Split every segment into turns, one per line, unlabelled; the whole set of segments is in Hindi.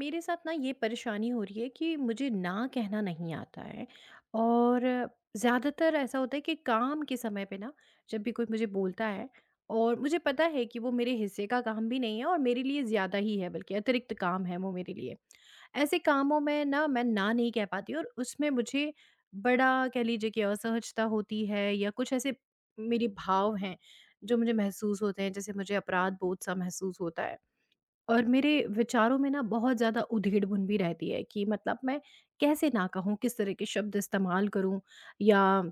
मेरे साथ ना ये परेशानी हो रही है कि मुझे ना कहना नहीं आता है और ज़्यादातर ऐसा होता है कि काम के समय पे ना, जब भी कोई मुझे बोलता है और मुझे पता है कि वो मेरे हिस्से का काम भी नहीं है और मेरे लिए ज़्यादा ही है, बल्कि अतिरिक्त काम है वो मेरे लिए, ऐसे कामों में ना मैं ना नहीं कह पाती और उसमें मुझे बड़ा कह लीजिए कि असहजता होती है या कुछ ऐसे मेरे भाव हैं जो मुझे महसूस होते हैं, जैसे मुझे अपराध बोध सा महसूस होता है। और मेरे विचारों में ना बहुत ज़्यादा उधेड़-बुन भी रहती है कि मतलब मैं कैसे ना कहूँ, किस तरह के शब्द इस्तेमाल करूँ या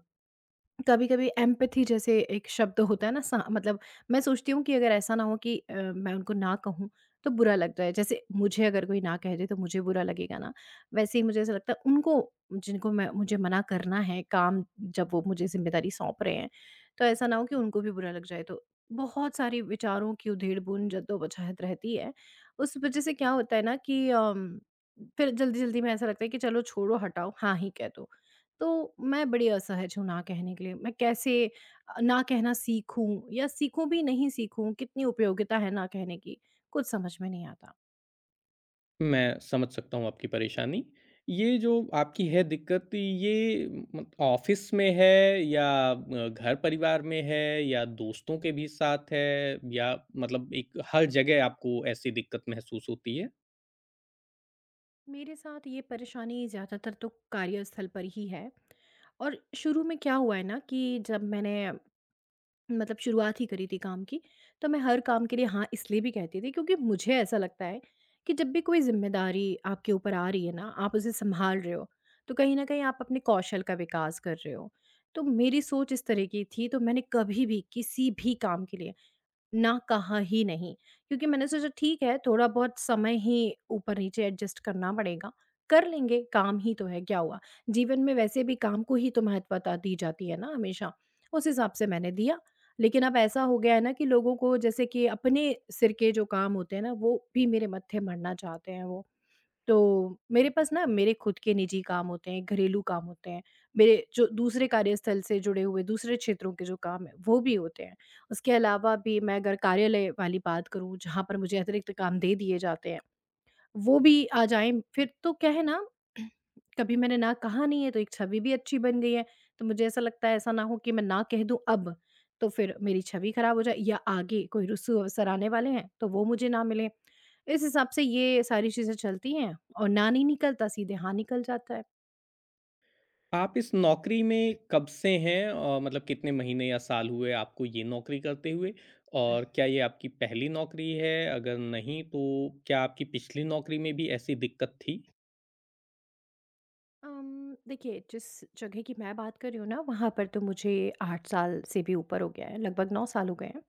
कभी-कभी एम्पैथी जैसे एक शब्द होता है ना सा मतलब मैं सोचती हूँ कि अगर ऐसा ना हो कि मैं उनको ना कहूँ तो बुरा लग जाए। जैसे मुझे अगर कोई ना कह दे तो मुझे बुरा लगेगा ना, वैसे ही मुझे ऐसा लगता है उनको जिनको मैं मुझे मना करना है काम, जब वो मुझे ज़िम्मेदारी सौंप रहे हैं, तो ऐसा ना हो कि उनको भी बुरा लग जाए। तो बहुत सारी विचारों की उधेड़-बुन, जद्दोजहद रहती है। उस वज़ह से क्या होता है ना कि फिर जल्दी-जल्दी में ऐसा लगता है कि चलो छोड़ो हटाओ, हाँ ही कह दो। तो मैं बड़ी असहज हूँ ना कहने के लिए। मैं कैसे ना कहना सीखूँ या सीखूँ भी नहीं सीखूँ? कितनी उपयोगिता है ना कहने की? कुछ समझ में नहीं आता।
मैं समझ सकता हूँ आपकी परेशानी। ये जो आपकी है दिक्कत, ये मत ऑफ़िस में है या घर-परिवार में है या दोस्तों के भी साथ है, या मतलब एक हर जगह आपको ऐसी दिक्कत महसूस होती है?
मेरे साथ ये परेशानी ज़्यादातर तो कार्यस्थल पर ही है और शुरू में क्या हुआ है ना कि जब मैंने मतलब शुरुआत ही करी थी काम की, तो मैं हर काम के लिए हाँ इसलिए भी कहती थी क्योंकि मुझे ऐसा लगता है कि जब भी कोई ज़िम्मेदारी आपके ऊपर आ रही है ना, आप उसे सँभाल रहे हो, तो कहीं न कहीं आप अपने कौशल का विकास कर रहे हो। तो मेरी सोच इस तरह की थी, तो मैंने कभी भी किसी भी काम के लिए ना कहा ही नहीं। क्योंकि मैंने सोचा ठीक है, थोड़ा बहुत समय ही ऊपर-नीचे एडजस्ट करना पड़ेगा, कर लेंगे, काम ही तो है, क्या हुआ? जीवन में वैसे भी काम को ही तो महत्वता दी जाती है ना हमेशा, उस हिसाब से मैंने दिया। लेकिन अब ऐसा हो गया है ना कि लोगों को जैसे कि अपने सिर के जो काम होते हैं ना, वो भी मेरे मत्थे मढ़ना चाहते हैं वो। तो मेरे पास ना मेरे खुद के निजी काम होते हैं, घरेलू काम होते हैं, मेरे जो दूसरे कार्यस्थल से जुड़े हुए दूसरे क्षेत्रों के जो काम हैं, वो भी होते हैं। उसके अलावा भी मैं अगर कार्यालय वाली बात करूँ, जहाँ पर मुझे अतिरिक्त काम दे दिए जाते हैं वो भी आ जाएँ, फिर तो क्या है ना, कभी मैंने ना कहा नहीं है, तो एक छवि भी अच्छी बन गई है। तो मुझे ऐसा लगता है ऐसा ना हो कि मैं ना कह दूँ अब, तो फिर मेरी छवि खराब हो जाए या आगे कोई रुस्सू अवसर आने वाले हैं, तो वो मुझे ना मिले। इस हिसाब से ये सारी चीज़ें चलती हैं और ना नहीं निकलता, सीधे हाँ निकल जाता है।
आप इस नौकरी में कब से हैं? मतलब कितने महीने या साल हुए आपको ये नौकरी करते हुए? और क्या ये आपकी पहली नौकरी है? अगर नहीं, तो क्या आपकी पिछली नौकरी में भी ऐसी दिक्कत थी?
देखिए जिस जगह की मैं बात कर रही हूँ ना वहाँ पर तो मुझे 8 साल से भी ऊपर हो गया है, लगभग 9 साल हो गए हैं।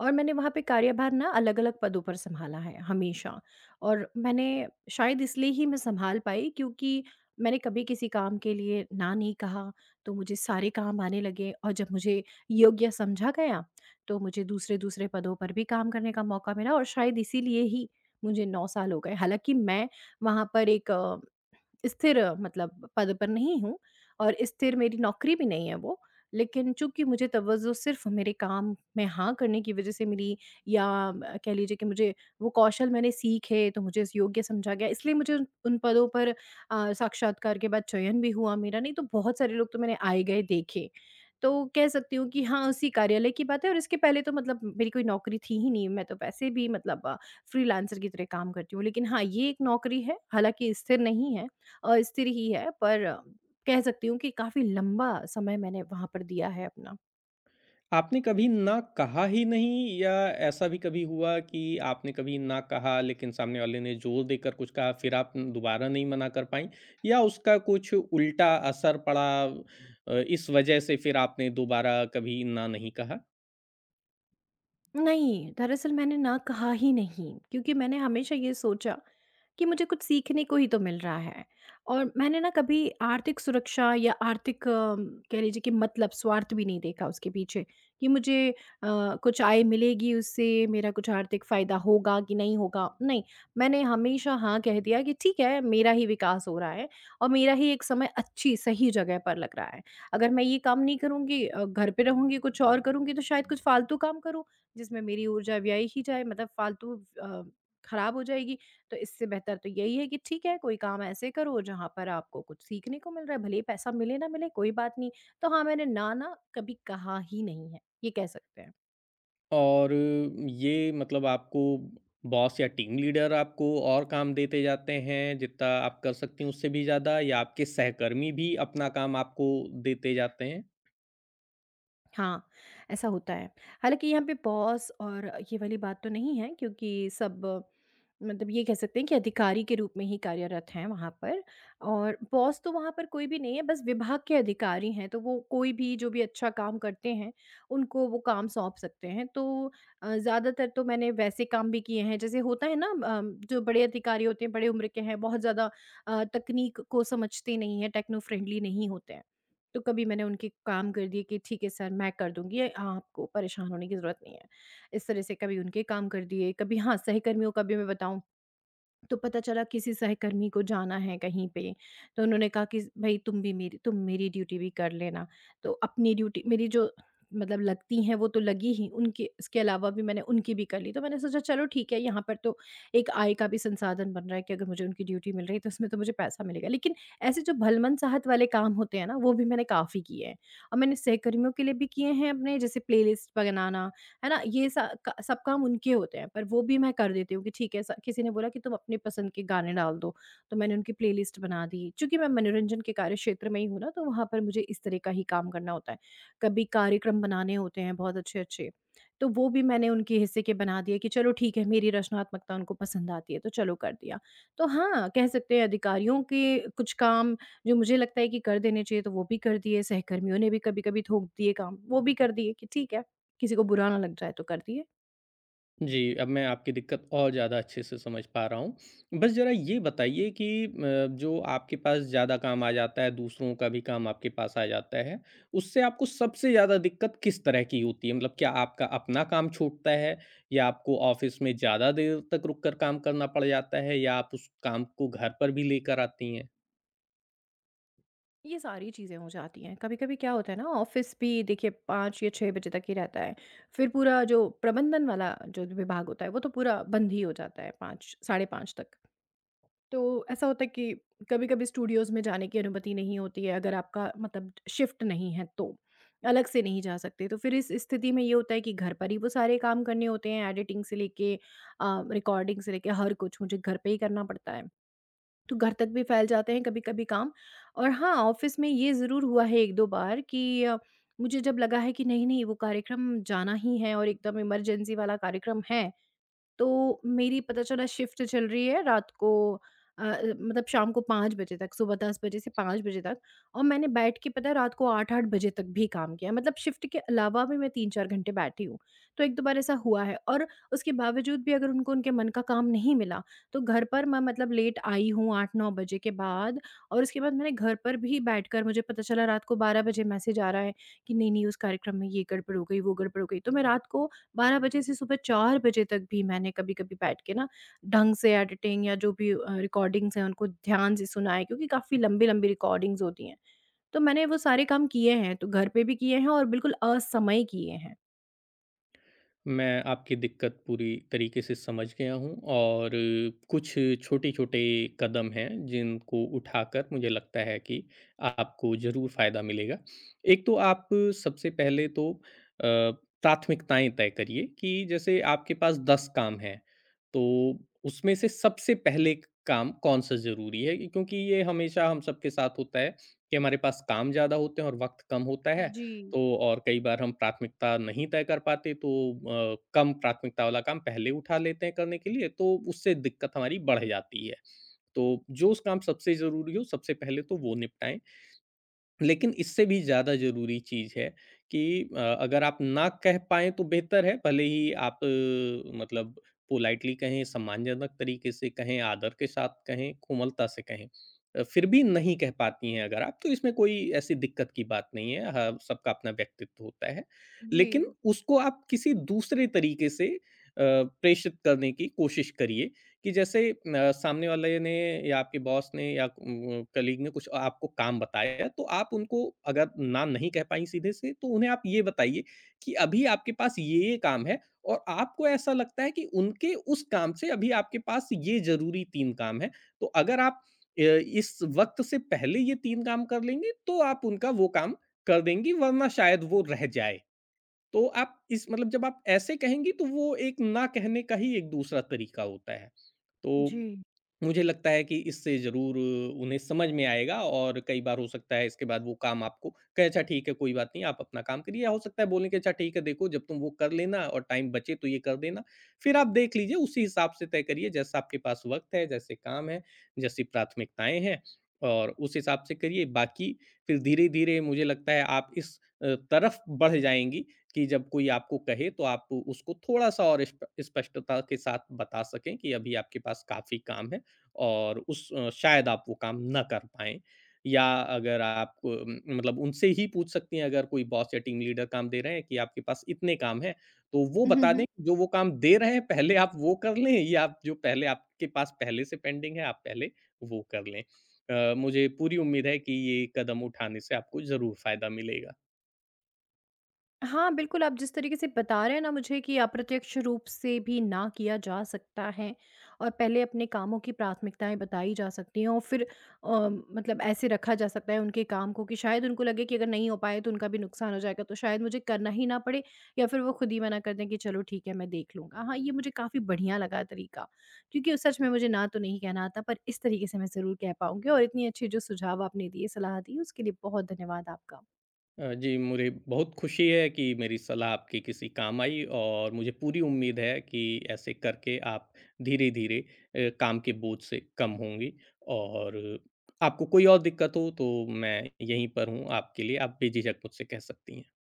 और मैंने वहाँ पे कार्यभार ना अलग-अलग पदों पर सँभाला है हमेशा और मैंने शायद इसलिए ही मैं सँभाल पाई क्योंकि मैंने कभी किसी काम के लिए ना नहीं कहा, तो मुझे सारे काम आने लगे और जब मुझे योग्य समझा गया, तो मुझे दूसरे-दूसरे पदों पर भी काम करने का मौका मिला और शायद इसीलिए ही मुझे 9 साल हो गए। हालाँकि मैं वहाँ पर एक स्थिर मतलब पद पर नहीं हूँ और स्थिर मेरी नौकरी भी नहीं है वो। लेकिन चूँकि मुझे तवज्जो सिर्फ़ मेरे काम में हाँ करने की वज़ह से मिली या कह लीजिए कि मुझे वो कौशल मैंने सीखे तो मुझे योग्य समझा गया इसलिए मुझे उन उन पदों पर साक्षात्कार के बाद चयन भी हुआ मेरा, नहीं तो बहुत सारे लोग तो मैंने आए-गए देखे। तो कह सकती हूँ कि हाँ, उसी कार्यालय की बात है और इसके पहले तो मतलब मेरी कोई नौकरी थी ही नहीं, मैं तो वैसे भी मतलब फ्रीलांसर की तरह काम करती हूँ। लेकिन हाँ, ये एक नौकरी है, हालाँकि स्थिर नहीं है। स्थिर ही है पर कह सकती हूँ कि काफ़ी लंबा समय मैंने वहाँ पर दिया है अपना।
आपने कभी ना कहा ही नहीं, या ऐसा भी कभी हुआ कि आपने कभी ना कहा लेकिन सामने वाले ने जोर देकर कुछ कहा, फिर आप दोबारा नहीं मना कर पाई, या उसका कुछ उल्टा असर पड़ा, इस वजह से फिर आपने दोबारा कभी ना नहीं कहा?
नहीं, दरअसल मैंने ना कहा ही नहीं, क्योंकि मैंने हमेशा ये सोचा कि मुझे कुछ सीखने को ही तो मिल रहा है और मैंने ना कभी आर्थिक सुरक्षा या आर्थिक कह लीजिए कि मतलब स्वार्थ भी नहीं देखा उसके पीछे कि मुझे कुछ आय मिलेगी उससे मेरा कुछ आर्थिक फ़ायदा होगा कि नहीं होगा। नहीं, मैंने हमेशा हाँ कह दिया कि ठीक है, मेरा ही विकास हो रहा है और मेरा ही एक समय अच्छी सही जगह पर लग रहा है। अगर मैं ये काम नहीं करूँगी घर पे रहूँगी, कुछ और करूँगी तो शायद कुछ फ़ालतू काम करूँ जिसमें मेरी ऊर्जा व्यय ही जाए मतलब फालतू अ, खराब हो जाएगी। तो इससे बेहतर तो यही है कि ठीक है, कोई काम ऐसे करो जहाँ पर आपको कुछ सीखने को मिल रहा है, भले ही पैसा मिले ना मिले कोई बात नहीं। तो हाँ, मैंने ना ना कभी कहा ही नहीं है, ये कह सकते हैं।
और ये मतलब आपको बॉस या टीम लीडर आपको और काम देते जाते हैं जितना आप कर सकती हैं उससे भी ज़्यादा, या आपके सहकर्मी भी अपना काम आपको देते जाते हैं?
हाँ, ऐसा होता है। हालाँकि यहाँ पे बॉस और ये वाली बात तो नहीं है क्योंकि सब मतलब ये कह सकते हैं कि अधिकारी के रूप में ही कार्यरत हैं वहाँ पर और बॉस तो वहाँ पर कोई भी नहीं है, बस विभाग के अधिकारी हैं, तो वो कोई भी जो भी अच्छा काम करते हैं, उनको वो काम सौंप सकते हैं। तो ज़्यादातर तो मैंने वैसे काम भी किए हैं, जैसे होता है ना जो बड़े अधिकारी होते हैं, बड़े उम्र के हैं, बहुत ज़्यादा तकनीक को समझते नहीं हैं, टेक्नो फ्रेंडली नहीं होते हैं। तो कभी मैंने उनके काम कर दिए कि ठीक है सर, मैं कर दूंगी, ये आपको परेशान होने की ज़रूरत नहीं है। इस तरह से कभी उनके काम कर दिए, कभी हाँ, सहकर्मियों का भी मैं बताऊँ तो पता चला किसी सहकर्मी को जाना है कहीं पे, तो उन्होंने कहा कि भई तुम मेरी ड्यूटी भी कर लेना। तो अपनी ड्यूटी मेरी जो मतलब लगती हैं वो तो लगी ही, उनकी इसके अलावा भी मैंने उनकी भी कर ली। तो मैंने सोचा चलो ठीक है यहाँ पर तो एक आय का भी संसाधन बन रहा है कि अगर मुझे उनकी ड्यूटी मिल रही है तो इसमें तो मुझे पैसा मिलेगा। लेकिन ऐसे जो भलमन चाहत वाले काम होते हैं ना, वो भी मैंने काफ़ी किए हैं और मैंने सहकर्मियों के लिए भी किए हैं अपने, जैसे प्लेलिस्ट बनाना है ना? ये सा क सब काम उनके होते हैं, पर वो भी मैं कर देती हूँ कि ठीक है, स किसी ने बोला कि तुम अपनी पसंद के गाने डाल दो, तो मैंने उनकी प्लेलिस्ट बना दी। चूँकि मैं मनोरंजन के कार्य क्षेत्र में ही हूँ ना, तो वहाँ पर मुझे इस तरह का ही काम करना होता है। कभी कार्यक्रम बनाने होते हैं बहुत अच्छे-अच्छे, तो वो भी मैंने उनके हिस्से के बना दिए कि चलो ठीक है, मेरी रचनात्मकता उनको पसंद आती है, तो चलो कर दिया। तो हाँ, कह सकते हैं अधिकारियों के कुछ काम जो मुझे लगता है कि कर देने चाहिए, तो वो भी कर दिए, सहकर्मियों ने भी कभी-कभी थोप दिए काम, वो भी कर दिए कि ठीक है। किसी को बुरा ना लग जाए तो कर दिए।
जी, अब मैं आपकी दिक्कत और ज़्यादा अच्छे से समझ पा रहा हूँ। बस ज़रा ये बताइए कि जो आपके पास ज़्यादा काम आ जाता है, दूसरों का भी काम आपके पास आ जाता है, उससे आपको सबसे ज़्यादा दिक्कत किस तरह की होती है? मतलब क्या आपका अपना काम छूटता है, या आपको ऑफ़िस में ज़्यादा देर तक रुक कर काम करना पड़ जाता है, या आप उस काम को घर पर भी लेकर आती हैं?
ये सारी चीज़ें हो जाती हैं। कभी-कभी क्या होता है ना, ऑफ़िस भी देखिए 5 या 6 बजे तक ही रहता है। फिर पूरा जो प्रबंधन वाला जो विभाग होता है वो तो पूरा बंद ही हो जाता है 5 साढ़े 5 तक। तो ऐसा होता है कि कभी-कभी स्टूडियोज़ में जाने की अनुमति नहीं होती है अगर आपका मतलब शिफ्ट नहीं है तो। अलग से नहीं जा सकते। तो फिर इस स्थिति में ये होता है कि घर पर ही वो सारे काम करने होते हैं एडिटिंग से लेके रिकॉर्डिंग से लेके हर कुछ मुझे घर पे ही करना पड़ता है। तो घर तक भी फैल जाते हैं कभी-कभी काम और हाँ, ऑफ़िस में ये ज़रूर हुआ है 1-2 बार कि मुझे जब लगा है कि नहीं-नहीं वो कार्यक्रम जाना ही है और एकदम इमरजेंसी वाला कार्यक्रम है, तो मेरी पता चला शिफ्ट चल रही है रात को मतलब शाम को 5 बजे तक, सुबह 10 बजे से 5 बजे तक, और मैंने बैठ के पता है रात को 8-8 बजे तक भी काम किया। मतलब शिफ्ट के अलावा भी मैं 3-4 घंटे बैठी हूँ। तो 1-2 बार ऐसा हुआ है और उसके बावजूद भी अगर उनको उनके मन का काम नहीं मिला, तो घर पर मैं मतलब लेट आई हूँ 8-9 बजे के बाद और उसके बाद मैंने घर पर भी बैठकर मुझे पता चला रात को 12 बजे मैसेज आ रहा है कि नहीं-नहीं उस कार्यक्रम में ये गड़बड़ हो गई, वो गड़बड़ हो गई। तो मैं रात को 12 बजे से सुबह 4 बजे तक भी मैंने कभी-कभी बैठ के ना ढंग से एडिटिंग या जो भी रिकॉर्डिंग्स हैं उनको ध्यान से सुना है क्योंकि काफ़ी लंबी-लंबी रिकॉर्डिंग्स होती हैं। तो मैंने वो सारे काम किए हैं, तो घर पे भी किए हैं और बिल्कुल असमय किए हैं।
मैं आपकी दिक्कत पूरी तरीके से समझ गया हूँ, और कुछ छोटे-छोटे कदम हैं जिनको उठाकर मुझे लगता है कि आपको ज़रूर फ़ायदा मिलेगा। एक तो आप सबसे पहले तो प्राथमिकताएँ तय करिए, कि जैसे आपके पास 10 काम हैं, तो उसमें से सबसे पहले काम कौन-सा ज़रूरी है? क्योंकि ये हमेशा हम सबके साथ होता है कि हमारे पास काम ज़्यादा होते हैं और वक़्त कम होता है।
जी,
तो और कई बार हम प्राथमिकता नहीं तय कर पाते, तो कम प्राथमिकता वाला काम पहले उठा लेते हैं करने के लिए, तो उससे दिक्कत हमारी बढ़ जाती है। तो जो उस काम सबसे ज़रूरी हो सबसे पहले तो वो निपटाएँ। लेकिन इससे भी ज़्यादा ज़रूरी चीज़ है कि अगर आप ना कह पाएँ तो बेहतर है, भले ही आप मतलब पोलाइटली कहें, सम्मानजनक तरीके से कहें, आदर के साथ कहें, कोमलता से कहें। फिर भी नहीं कह पाती हैं अगर आप, तो इसमें कोई ऐसी दिक्कत की बात नहीं है, ह सबका अपना व्यक्तित्व होता है।
जी।
लेकिन उसको आप किसी दूसरे तरीके से प्रेषित करने की कोशिश करिए कि जैसे सामने वाले ने या आपके बॉस ने या कलीग ने कुछ आपको काम बताया, तो आप उनको अगर ना नहीं कह पाईं सीधे से, तो उन्हें आप ये बताइए कि अभी आपके पास ये-ये काम है और आपको ऐसा लगता है कि उनके उस काम से अभी आपके पास ये ज़रूरी 3 काम हैं। तो अगर आप इस वक़्त से पहले ये 3 काम कर लेंगे, तो आप उनका वो काम कर देंगी, वरना शायद वो रह जाए। तो आप इस मतलब जब आप ऐसे कहेंगी, तो वो एक ना कहने का ही एक दूसरा तरीका होता है।
जी।
तो मुझे लगता है कि इससे ज़रूर उन्हें समझ में आएगा, और कई बार हो सकता है इसके बाद वो काम आपको कहे अच्छा ठीक है कोई बात नहीं आप अपना काम करिए, या हो सकता है बोलें कि अच्छा ठीक है देखो जब तुम वो कर लेना और टाइम बचे तो ये कर देना, फिर आप देख लीजिए उसी हिसाब से तय करिए जैसा आपके पास वक्त है, जैसे काम है, जैसी प्राथमिकताएं हैं, और उस हिसाब से करिए। बाकी फिर धीरे धीरे मुझे लगता है आप इस तरफ बढ़ जाएंगी कि जब कोई आपको कहे तो आप उसको थोड़ा सा और स्पष्टता के साथ बता सकें कि अभी आपके पास काफ़ी काम है और उस शायद आप वो काम ना कर पाएँ। या अगर आप मतलब उनसे ही पूछ सकती हैं, अगर कोई बॉस या टीम लीडर काम दे रहे हैं कि आपके पास इतने काम हैं, तो वो बता दें कि जो वो काम दे रहे हैं पहले आप वो कर लें, या आप जो पहले आपके पास पहले से पेंडिंग है आप पहले वो कर लें। मुझे पूरी उम्मीद है कि ये कदम उठाने से आपको ज़रूर फ़ायदा मिलेगा।
हाँ, बिल्कुल, आप जिस तरीके से बता रहे हैं ना मुझे कि अप्रत्यक्ष रूप से भी ना किया जा सकता है और पहले अपने कामों की प्राथमिकताएँ बताई जा सकती हैं और फिर मतलब ऐसे रखा जा सकता है उनके काम को कि शायद उनको लगे कि अगर नहीं हो पाए तो उनका भी नुकसान हो जाएगा, तो शायद मुझे करना ही ना पड़े या फिर वो खुद ही मना कर दें कि चलो ठीक है, मैं देख लूँगा। हाँ, ये मुझे काफ़ी बढ़िया लगा तरीका, क्योंकि उस सच में मुझे ना तो नहीं कहना आता पर इस तरीके से मैं ज़रूर कह पाऊँगी और इतनी अच्छी जो सुझाव आपने दिए, सलाह दी, उसके लिए बहुत धन्यवाद आपका।
जी, मुझे बहुत खुशी है कि मेरी सलाह आपके किसी काम आई, और मुझे पूरी उम्मीद है कि ऐसे करके आप धीरे-धीरे काम के बोझ से कम होंगी, और आपको कोई और दिक्कत हो तो मैं यहीं पर हूँ आपके लिए, आप बेझिझक मुझसे कह सकती हैं।